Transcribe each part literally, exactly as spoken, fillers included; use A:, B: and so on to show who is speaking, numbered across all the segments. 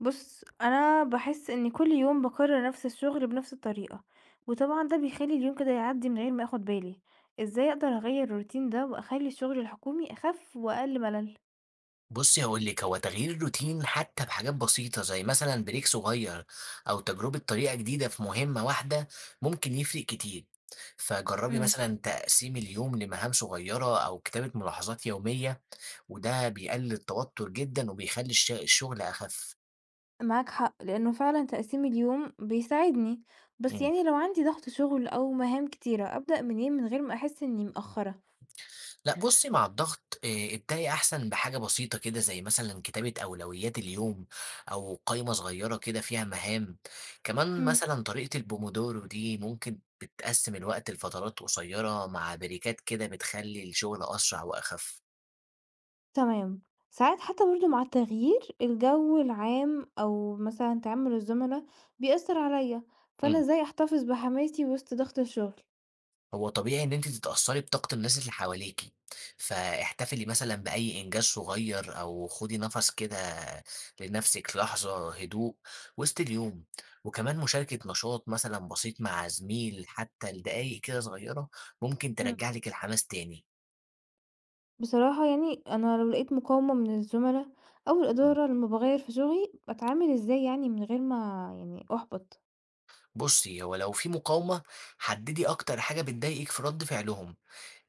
A: بُص، أنا باحس إني كل يوم باكرر نفس الشغل بنفس الطريقة، وطبعًا ده بيخلّي اليوم كده يعدّي من غير ما آخد بالي، إزاي أقدر أغيّر الroutine ده وأخلّي الشغل الحكومي أخف وأقل ملل؟
B: بُصّي هاقول لِك، هو تغيير الروتين حتى بحاجات بسيطة زي مثلًا بريك صغير أو تجربة طريقة جديدة في مهمة واحدة ممكن يفرق كتير، فجرّبي
A: إمم،
B: مثلًا تقسيم اليوم لمهام صغيرة أو كتابة ملاحظات يومية، وده بيقلل التوتر جدًا وبيخلّي الش الشغل أخف.
A: معاك حق، لأنه فعلًا تقسيم اليوم بيساعدني، بس
B: إمم.
A: يعني لو عندي ضغط شغل أو مهام كتيرة، أبدأ منين من غير ما أحس إني مقصّرة؟
B: لأ بُصّي، مع الضغط آآ ابدئي أحسن بحاجة بسيطة كده زي مثلًا كتابة أولويات اليوم أو قايمة صغيرة كده فيها مهام، كمان
A: إمم.
B: مثلًا طريقة الPomodoro دي ممكن بتقسّم الوقت لفترات قصيرة مع بريكات كده بتخلّي الشغل أسرع وأخف.
A: تمام. ساعات حتى برضه مع التغيير الجو العام أو مثلًا تعامل الزملا بيأثّر عليَّ، فأنا
B: إمم.
A: إزاي أحتفظ بحماسي وسط ضغط الشغل؟
B: هو طبيعي إن أنتِ تتأثّري بطاقة الناس اللي حواليكِ، فاحتفلي مثلًا بأي إنجاز صغير أو خدي نَفَس كده لنَفْسِك لحظة هدوء وسط اليوم، وكمان مشاركة نشاط مثلًا بسيط مع زميل حتى لدقايق كده صغيرة ممكن
A: إمم.
B: ترجّع لِك الحماس تاني.
A: بصراحة يعني أنا لو لقيت مقاومة من الزملا أو
B: إمم.
A: الإدارة لمّا باغيّر في شغلي، باتعامل إزاي يعني من غير ما يعني أُحبط؟
B: بُصّي، هو لو في مقاومة حدّدي أكتر حاجة بتضايقِك في رَد فعلهم،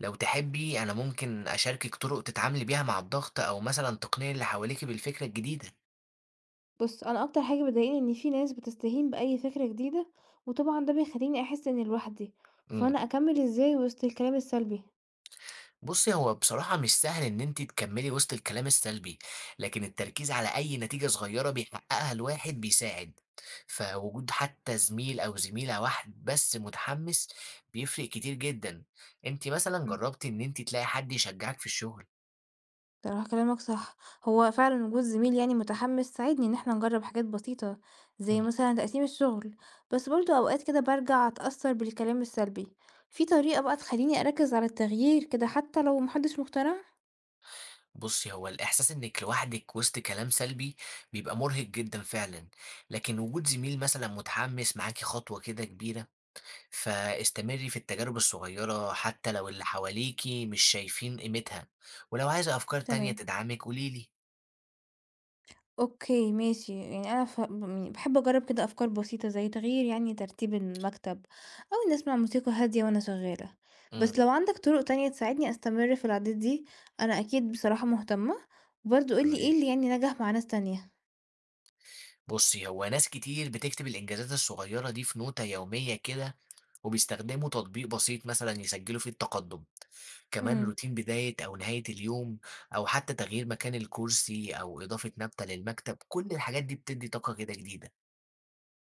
B: لو تحبّي أنا ممكن أشاركِك طُرق تتعاملي بيها مع الضغط أو مثلًا تقنعي اللي حواليكِ بالفكرة الجديدة.
A: بُص، أنا أكتر حاجة بتضايقني إن في ناس بتستهين بأي فكرة جديدة، وطبعًا ده بيخلّيني أحس إني لوحدي،
B: إمم.
A: فأنا أكمّل إزاي وسط الكلام السلبي؟
B: بُصّي، هو بصراحة مش سهل إن أنتِ تكمّلي وسط الكلام السلبي، لكن التركيز على أي نتيجة صغيّرة بيحققها الواحد بيساعد، فوجود حتى زميل أو زميلة واحد بس متحمّس بيفرق كتير جدًا، أنتِ مثلًا جرّبتِ إن أنتِ تلاقي حد يشجّعِك في الشغل؟
A: صراحة كلامك صح، هو فعلًا وجود زميل يعني متحمّس ساعدني إن إحنا نجرّب حاجات بسيطة، زي
B: إمم،
A: مثلًا تقسيم الشغل، بس برضه أوقات كده بارجع أتأثّر بالكلام السلبي، في طريقة بقى تخلّيني أركّز على التغيير كده حتى لو ما حدش مقتنع؟
B: بُصّي، هو الإحساس إنِّك لوحدِك وسط كلام سلبي بيبقى مُرهق جدًا فعلًا، لكن وجود زميل مثلًا متحمّس معاكِ خطوة كده كبيرة فاستمري في التجارب الصغيرة حتى لو اللي حواليكِ مش شايفين قيمتها، ولو عايزة أفكار تانية
A: تمام،
B: تدعمِك قولي لي.
A: أوكي ماشي، يعني أنا ف م يعني باحب أجرّب كده أفكار بسيطة زي تغيير يعني ترتيب المكتب أو إني أسمع موسيقى هادية وأنا شغّالة،
B: إمم،
A: بس لو عندك طرق تانية تساعدني أستمر في العادات دي، أنا أكيد بصراحة مهتمة، وبرضه قُل لي إيه
B: تمام.
A: اللي يعني نجح مع ناس تانية.
B: بُصّي، هو ناس كتير بتكتب الإنجازات الصغيرة دي في نوتة يومية كده، وبيستخدموا تطبيق بسيط مثلًا يسجلوا فيه التقدم. كمان
A: إمم،
B: روتين بداية أو نهاية اليوم أو حتى تغيير مكان الكرسي أو إضافة نبتة للمكتب، كل الحاجات دي بتدّي طاقة كده جديدة.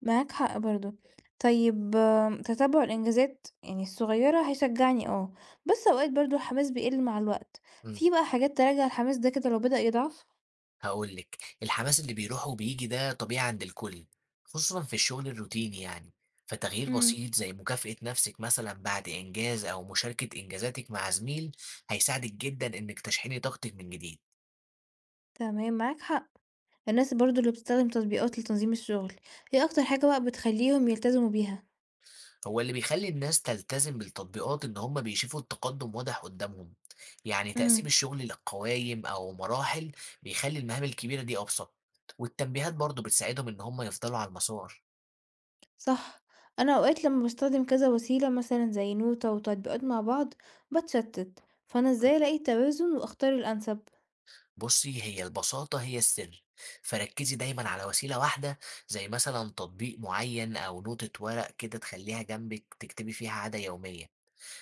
A: معاك حق برضه. طيب آم، تتبُّع الإنجازات يعني الصغيّرة هيشجّعني آه، بس أوقات برضه الحماس بيقِل مع الوقت،
B: إمم.
A: في بقى حاجات تراجع الحماس ده كده لو بدأ يضعف؟
B: هاقول لِك، الحماس اللي بيروح وبييجي ده طبيعي عند الكل، خصوصًا في الشغل الروتيني يعني، فتغيير
A: إمم،
B: بسيط زي مكافأة نفسِك مثلًا بعد إنجاز أو مشاركة إنجازاتِك مع زميل، هيساعدِك جدًا إنِك تشحني طاقتِك من جديد.
A: تمام معاك حق. الناس برضه اللي بتستخدم تطبيقات لتنظيم الشغل، إيه أكتر حاجة بقى بتخلّيهم يلتزموا بيها؟
B: هو اللي بيخلي الناس تلتزم بالتطبيقات إن هم بيشوفوا التقدم واضح قدامهم، يعني تقسيم
A: إمم،
B: الشغل لقوايم أو مراحل بيخلي المهام الكبيرة دي أبسط، والتنبيهات برضه بتساعدهم إن هم يفضلوا على المسار.
A: صح. أنا أوقات لمّا باستخدم كذا وسيلة مثلًا زي نوتة وتطبيقات مع بعض باتشتِّت، فأنا إزاي ألاقي التوازن وأختار الأنسب؟
B: بُصّي، هي البساطة هي السر، فركّزي دايمًا على وسيلة واحدة زي مثلًا تطبيق معيّن أو نوتة ورق كده تخلّيها جنبِك تكتبي فيها عادة يومية،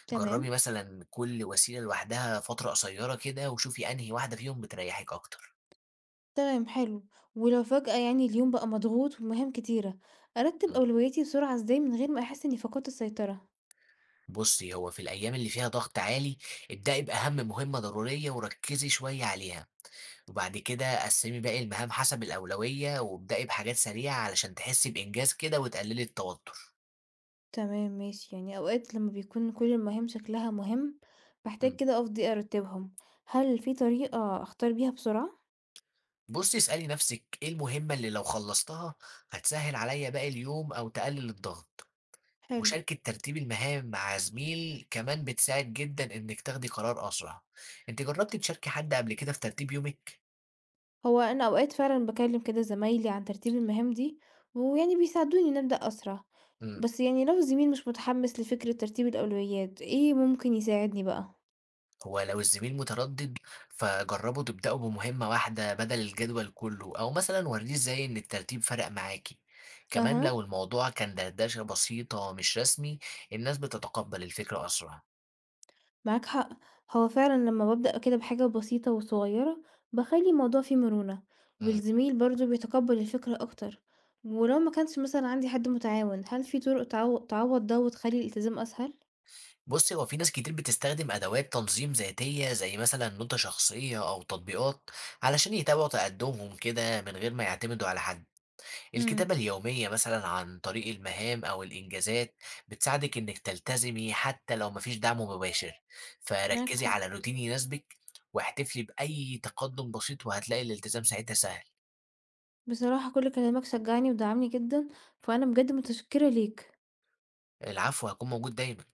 A: تمام.
B: جرّبي مثلًا كل وسيلة لوحدها فترة قصيّرة كده وشوفي أنهي واحدة فيهم بتريّحِك أكتر.
A: تمام حلو. ولو فجأة يعني اليوم بقى مضغوط ومهام كتيرة، أرتب
B: إمم.
A: أولوياتي بسرعة ازاي من غير ما أحس إني فقدت السيطرة؟
B: بُصّي، هو في الأيام اللي فيها ضغط عالي ابدئي بأهم مهمة ضرورية وركّزي شوية عليها، وبعد كده قسّمي باقي المهام حسب الأولوية وابدئي بحاجات سريعة علشان تحسّي بإنجاز كده وتقلّلي التوتر.
A: تمام ماشي، يعني أوقات لما بيكون كل المهام شكلها مهم، بحتاج
B: إمم.
A: كده أفضي أرتبهم. هل في طريقة أختار بيها بسرعة؟
B: بُصّي، اسألي نفسِك إيه المهمة اللي لو خلّصتها هتسهّل عليَّ باقي اليوم أو تقلل الضغط،
A: حلو.
B: مشاركة ترتيب المهام مع زميل كمان بتساعد جدًا إنِّك تاخدي قرار أسرع، أنتِ جرّبتِ تشاركي حد قبل كده في ترتيب يومِك؟
A: هو أنا أوقات فعلا بكلم كده زمايلي عن ترتيب المهام دي، ويعني بيساعدوني نبدأ أسرع،
B: إمم،
A: بس يعني لو الزميل مش متحمس لفكرة ترتيب الأولويات ايه ممكن يساعدني بقى؟
B: هو لو الزميل متردد فجرّبوا تبدأوا بمهمة واحدة بدل الجدول كلّه، أو مثلًا ورّيه إزاي إن الترتيب فرق معاكِ، كمان
A: أها،
B: لو الموضوع كان دردشة بسيطة مش رسمي الناس بتتقبّل الفكرة أسرع.
A: معاك حق. هو فعلا لما ببدأ كده بحاجة بسيطة وصغيرة، بخلي الموضوع فيه مرونة،
B: إمم.
A: والزميل برضو بيتقبل الفكرة أكتر. ولو ما كانش مثلا عندي حد متعاون، هل في طرق تعو- تعوض ده وتخلي الالتزام أسهل؟
B: بُصّي، هو في ناس كتير بتستخدم أدوات تنظيم ذاتية زي مثلًا نوتة شخصية أو تطبيقات علشان يتابعوا تقدمهم كده من غير ما يعتمدوا على حد.
A: مم.
B: الكتابة اليومية مثلًا عن طريق المهام أو الإنجازات بتساعدك إنِّك تلتزمي حتى لو ما فيش دعم مباشر،
A: معاك
B: فركّزي
A: حق.
B: على روتين يناسبك واحتفلي بأي تقدم بسيط وهتلاقي الالتزام ساعتها سهل.
A: بصراحة كل كلامك شجعني ودعمني جدا، فأنا بجد متشكرة ليك.
B: العفو، هاكون موجود دايمًا.